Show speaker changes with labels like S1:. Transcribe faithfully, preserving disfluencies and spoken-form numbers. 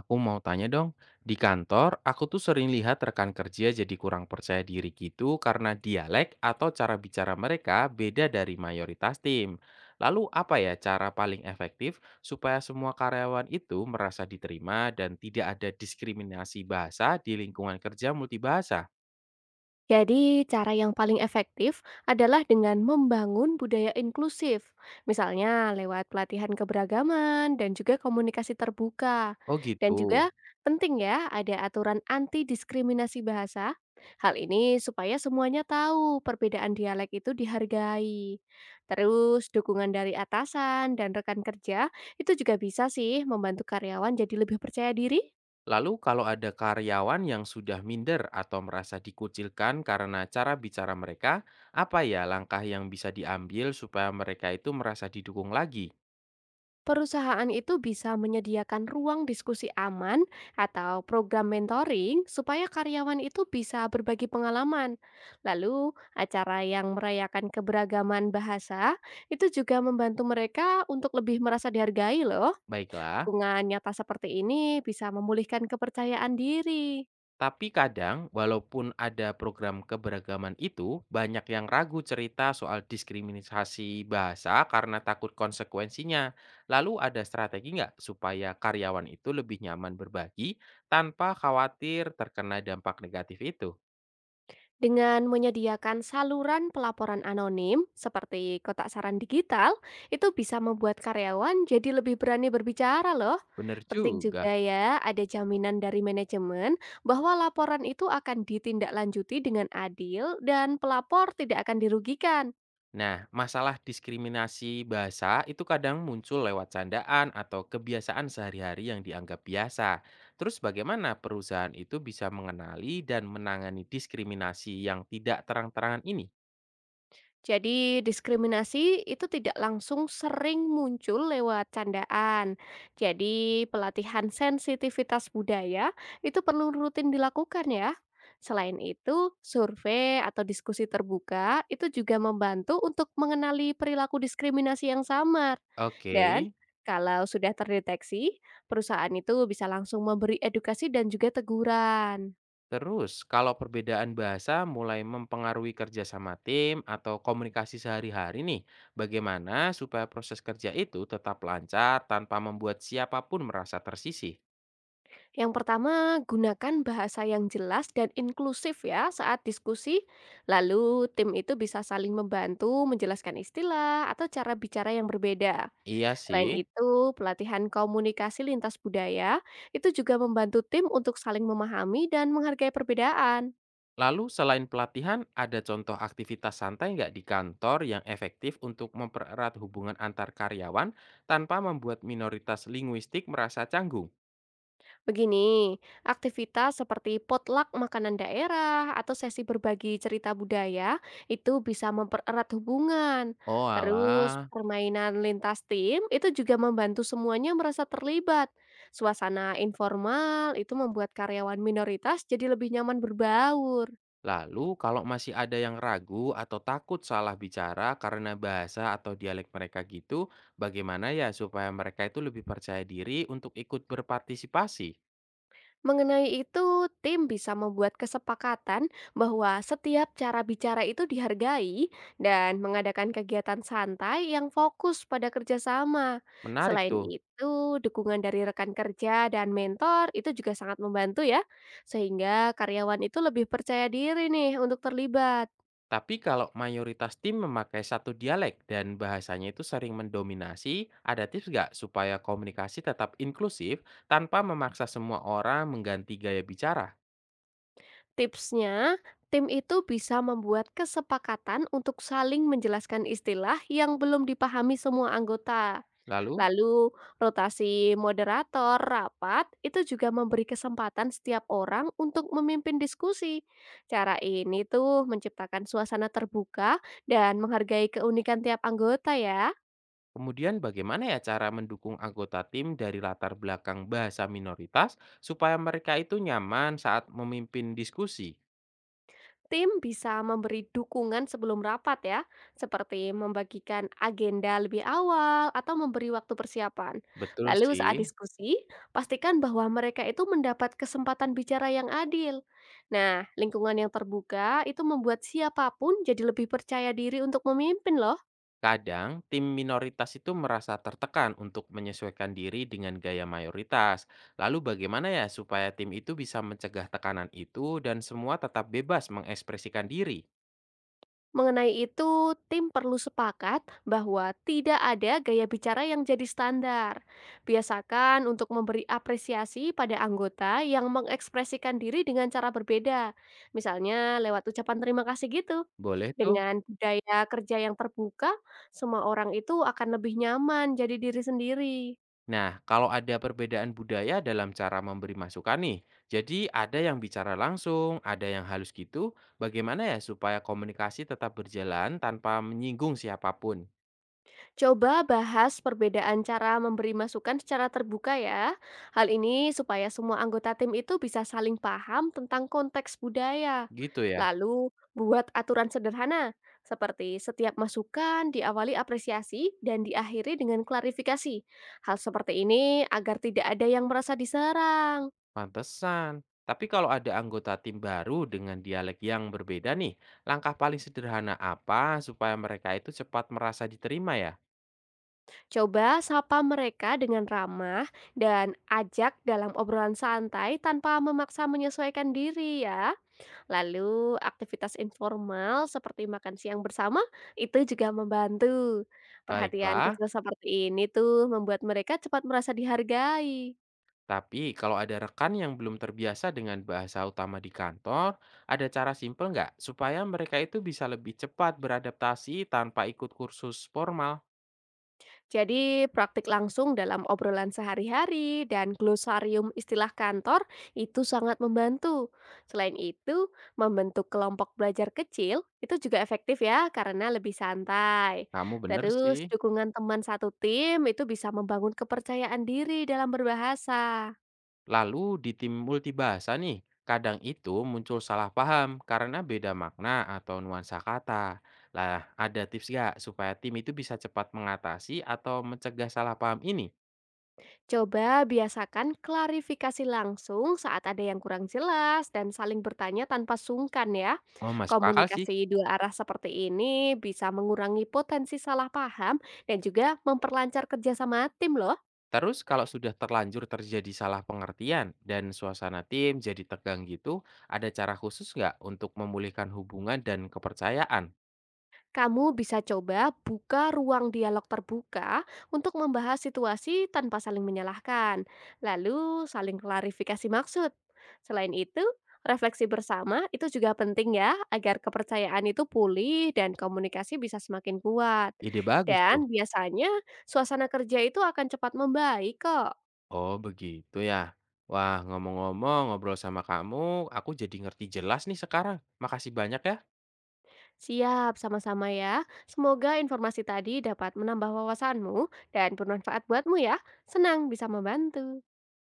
S1: Aku mau tanya dong, di kantor aku tuh sering lihat rekan kerja jadi kurang percaya diri gitu karena dialek atau cara bicara mereka beda dari mayoritas tim. Lalu apa ya cara paling efektif supaya semua karyawan itu merasa diterima dan tidak ada diskriminasi bahasa di lingkungan kerja multibahasa?
S2: Jadi, cara yang paling efektif adalah dengan membangun budaya inklusif, misalnya lewat pelatihan keberagaman dan juga komunikasi terbuka.
S1: Oh
S2: Dan
S1: gitu.
S2: juga penting ya, ada aturan anti diskriminasi bahasa. Hal ini supaya semuanya tahu perbedaan dialek itu dihargai. Terus, dukungan dari atasan dan rekan kerja itu juga bisa sih membantu karyawan jadi lebih percaya diri.
S1: Lalu kalau ada karyawan yang sudah minder atau merasa dikucilkan karena cara bicara mereka, apa ya langkah yang bisa diambil supaya mereka itu merasa didukung lagi?
S2: Perusahaan itu bisa menyediakan ruang diskusi aman atau program mentoring supaya karyawan itu bisa berbagi pengalaman. Lalu, acara yang merayakan keberagaman bahasa itu juga membantu mereka untuk lebih merasa dihargai loh.
S1: Baiklah,
S2: Dukungan nyata seperti ini bisa memulihkan kepercayaan diri.
S1: tapi kadang walaupun ada program keberagaman itu, banyak yang ragu cerita soal diskriminasi bahasa karena takut konsekuensinya. Lalu ada strategi nggak supaya karyawan itu lebih nyaman berbagi tanpa khawatir terkena dampak negatif itu?
S2: Dengan menyediakan saluran pelaporan anonim seperti kotak saran digital, itu bisa membuat karyawan jadi lebih berani berbicara loh.
S1: Bener
S2: Penting juga
S1: juga.
S2: ya, ada jaminan dari manajemen bahwa laporan itu akan ditindaklanjuti dengan adil dan pelapor tidak akan dirugikan.
S1: Nah, masalah diskriminasi bahasa itu kadang muncul lewat candaan atau kebiasaan sehari-hari yang dianggap biasa. Terus bagaimana perusahaan itu bisa mengenali dan menangani diskriminasi yang tidak terang-terangan ini?
S2: Jadi diskriminasi itu tidak langsung sering muncul lewat candaan. Jadi pelatihan sensitivitas budaya itu perlu rutin dilakukan ya. Selain itu, survei atau diskusi terbuka itu juga membantu untuk mengenali perilaku diskriminasi yang samar.
S1: Oke,
S2: Dan kalau sudah terdeteksi, perusahaan itu bisa langsung memberi edukasi dan juga teguran.
S1: terus kalau perbedaan bahasa mulai mempengaruhi kerja sama tim atau komunikasi sehari-hari nih, bagaimana supaya proses kerja itu tetap lancar tanpa membuat siapapun merasa tersisih?
S2: Yang pertama, gunakan bahasa yang jelas dan inklusif ya saat diskusi. Lalu tim itu bisa saling membantu menjelaskan istilah atau cara bicara yang berbeda.
S1: Iya
S2: Selain
S1: sih.
S2: itu, pelatihan komunikasi lintas budaya itu juga membantu tim untuk saling memahami dan menghargai perbedaan.
S1: Lalu selain pelatihan, ada contoh aktivitas santai nggak di kantor yang efektif untuk mempererat hubungan antar karyawan tanpa membuat minoritas linguistik merasa canggung?
S2: Begini, aktivitas seperti potluck makanan daerah atau sesi berbagi cerita budaya itu bisa mempererat hubungan.
S1: Oh
S2: Terus,
S1: alah,
S2: permainan lintas tim itu juga membantu semuanya merasa terlibat. Suasana informal itu membuat karyawan minoritas jadi lebih nyaman berbaur.
S1: lalu kalau masih ada yang ragu atau takut salah bicara karena bahasa atau dialek mereka gitu, bagaimana ya supaya mereka itu lebih percaya diri untuk ikut berpartisipasi?
S2: Mengenai itu, tim bisa membuat kesepakatan bahwa setiap cara bicara itu dihargai dan mengadakan kegiatan santai yang fokus pada kerjasama.
S1: Menarik
S2: Selain
S1: tuh.
S2: itu, dukungan dari rekan kerja dan mentor itu juga sangat membantu ya, sehingga karyawan itu lebih percaya diri nih untuk terlibat.
S1: Tapi kalau mayoritas tim memakai satu dialek dan bahasanya itu sering mendominasi, ada tips nggak supaya komunikasi tetap inklusif tanpa memaksa semua orang mengganti gaya bicara?
S2: Tipsnya, tim itu bisa membuat kesepakatan untuk saling menjelaskan istilah yang belum dipahami semua anggota.
S1: Lalu,
S2: Lalu rotasi moderator rapat itu juga memberi kesempatan setiap orang untuk memimpin diskusi. Cara ini tuh menciptakan suasana terbuka dan menghargai keunikan tiap anggota ya.
S1: kemudian bagaimana ya cara mendukung anggota tim dari latar belakang bahasa minoritas supaya mereka itu nyaman saat memimpin diskusi?
S2: Tim bisa memberi dukungan sebelum rapat ya, seperti membagikan agenda lebih awal atau memberi waktu persiapan.
S1: Betul
S2: Lalu saat
S1: sih.
S2: diskusi, pastikan bahwa mereka itu mendapat kesempatan bicara yang adil. Nah, lingkungan yang terbuka itu membuat siapapun jadi lebih percaya diri untuk memimpin loh.
S1: Kadang, tim minoritas itu merasa tertekan untuk menyesuaikan diri dengan gaya mayoritas. Lalu bagaimana ya supaya tim itu bisa mencegah tekanan itu dan semua tetap bebas mengekspresikan diri?
S2: Mengenai itu, tim perlu sepakat bahwa tidak ada gaya bicara yang jadi standar. Biasakan untuk memberi apresiasi pada anggota yang mengekspresikan diri dengan cara berbeda, misalnya lewat ucapan terima kasih gitu.
S1: Boleh tuh.
S2: Dengan budaya kerja yang terbuka, semua orang itu akan lebih nyaman jadi diri sendiri.
S1: Nah, kalau ada perbedaan budaya dalam cara memberi masukan nih, jadi ada yang bicara langsung, ada yang halus gitu, bagaimana ya supaya komunikasi tetap berjalan tanpa menyinggung siapapun?
S2: Coba bahas perbedaan cara memberi masukan secara terbuka ya. Hal ini supaya semua anggota tim itu bisa saling paham tentang konteks budaya.
S1: Gitu ya.
S2: Lalu, buat aturan sederhana, seperti setiap masukan diawali apresiasi dan diakhiri dengan klarifikasi. Hal seperti ini agar tidak ada yang merasa diserang.
S1: Pantesan. Tapi kalau ada anggota tim baru dengan dialek yang berbeda nih, langkah paling sederhana apa supaya mereka itu cepat merasa diterima ya?
S2: Coba sapa mereka dengan ramah dan ajak dalam obrolan santai tanpa memaksa menyesuaikan diri ya. Lalu, aktivitas informal seperti makan siang bersama itu juga membantu. Perhatian
S1: Baiklah,
S2: kecil seperti ini tuh membuat mereka cepat merasa dihargai.
S1: tapi kalau ada rekan yang belum terbiasa dengan bahasa utama di kantor, ada cara simpel nggak supaya mereka itu bisa lebih cepat beradaptasi tanpa ikut kursus formal?
S2: Jadi, praktik langsung dalam obrolan sehari-hari dan glosarium istilah kantor itu sangat membantu. Selain itu, membentuk kelompok belajar kecil itu juga efektif ya karena lebih santai.
S1: Kamu bener sih.
S2: Terus, dukungan teman satu tim itu bisa membangun kepercayaan diri dalam berbahasa.
S1: Lalu di tim multibahasa nih, kadang itu muncul salah paham karena beda makna atau nuansa kata. Lah, ada tips nggak supaya tim itu bisa cepat mengatasi atau mencegah salah paham ini?
S2: Coba biasakan klarifikasi langsung saat ada yang kurang jelas dan saling bertanya tanpa sungkan ya.
S1: Oh, masuk akal sih.
S2: Komunikasi dua arah seperti ini bisa mengurangi potensi salah paham dan juga memperlancar kerjasama tim loh.
S1: Terus kalau sudah terlanjur terjadi salah pengertian dan suasana tim jadi tegang gitu, ada cara khusus nggak untuk memulihkan hubungan dan kepercayaan?
S2: Kamu bisa coba buka ruang dialog terbuka untuk membahas situasi tanpa saling menyalahkan, lalu saling klarifikasi maksud. Selain itu, refleksi bersama itu juga penting ya, agar kepercayaan itu pulih dan komunikasi bisa semakin kuat.
S1: Ide bagus tuh.
S2: Dan biasanya suasana kerja itu akan cepat membaik kok.
S1: Oh, begitu ya. Wah, ngomong-ngomong, ngobrol sama kamu, aku jadi ngerti jelas nih sekarang. Makasih banyak ya.
S2: Siap, sama-sama ya. Semoga informasi tadi dapat menambah wawasanmu dan bermanfaat buatmu ya. Senang bisa membantu.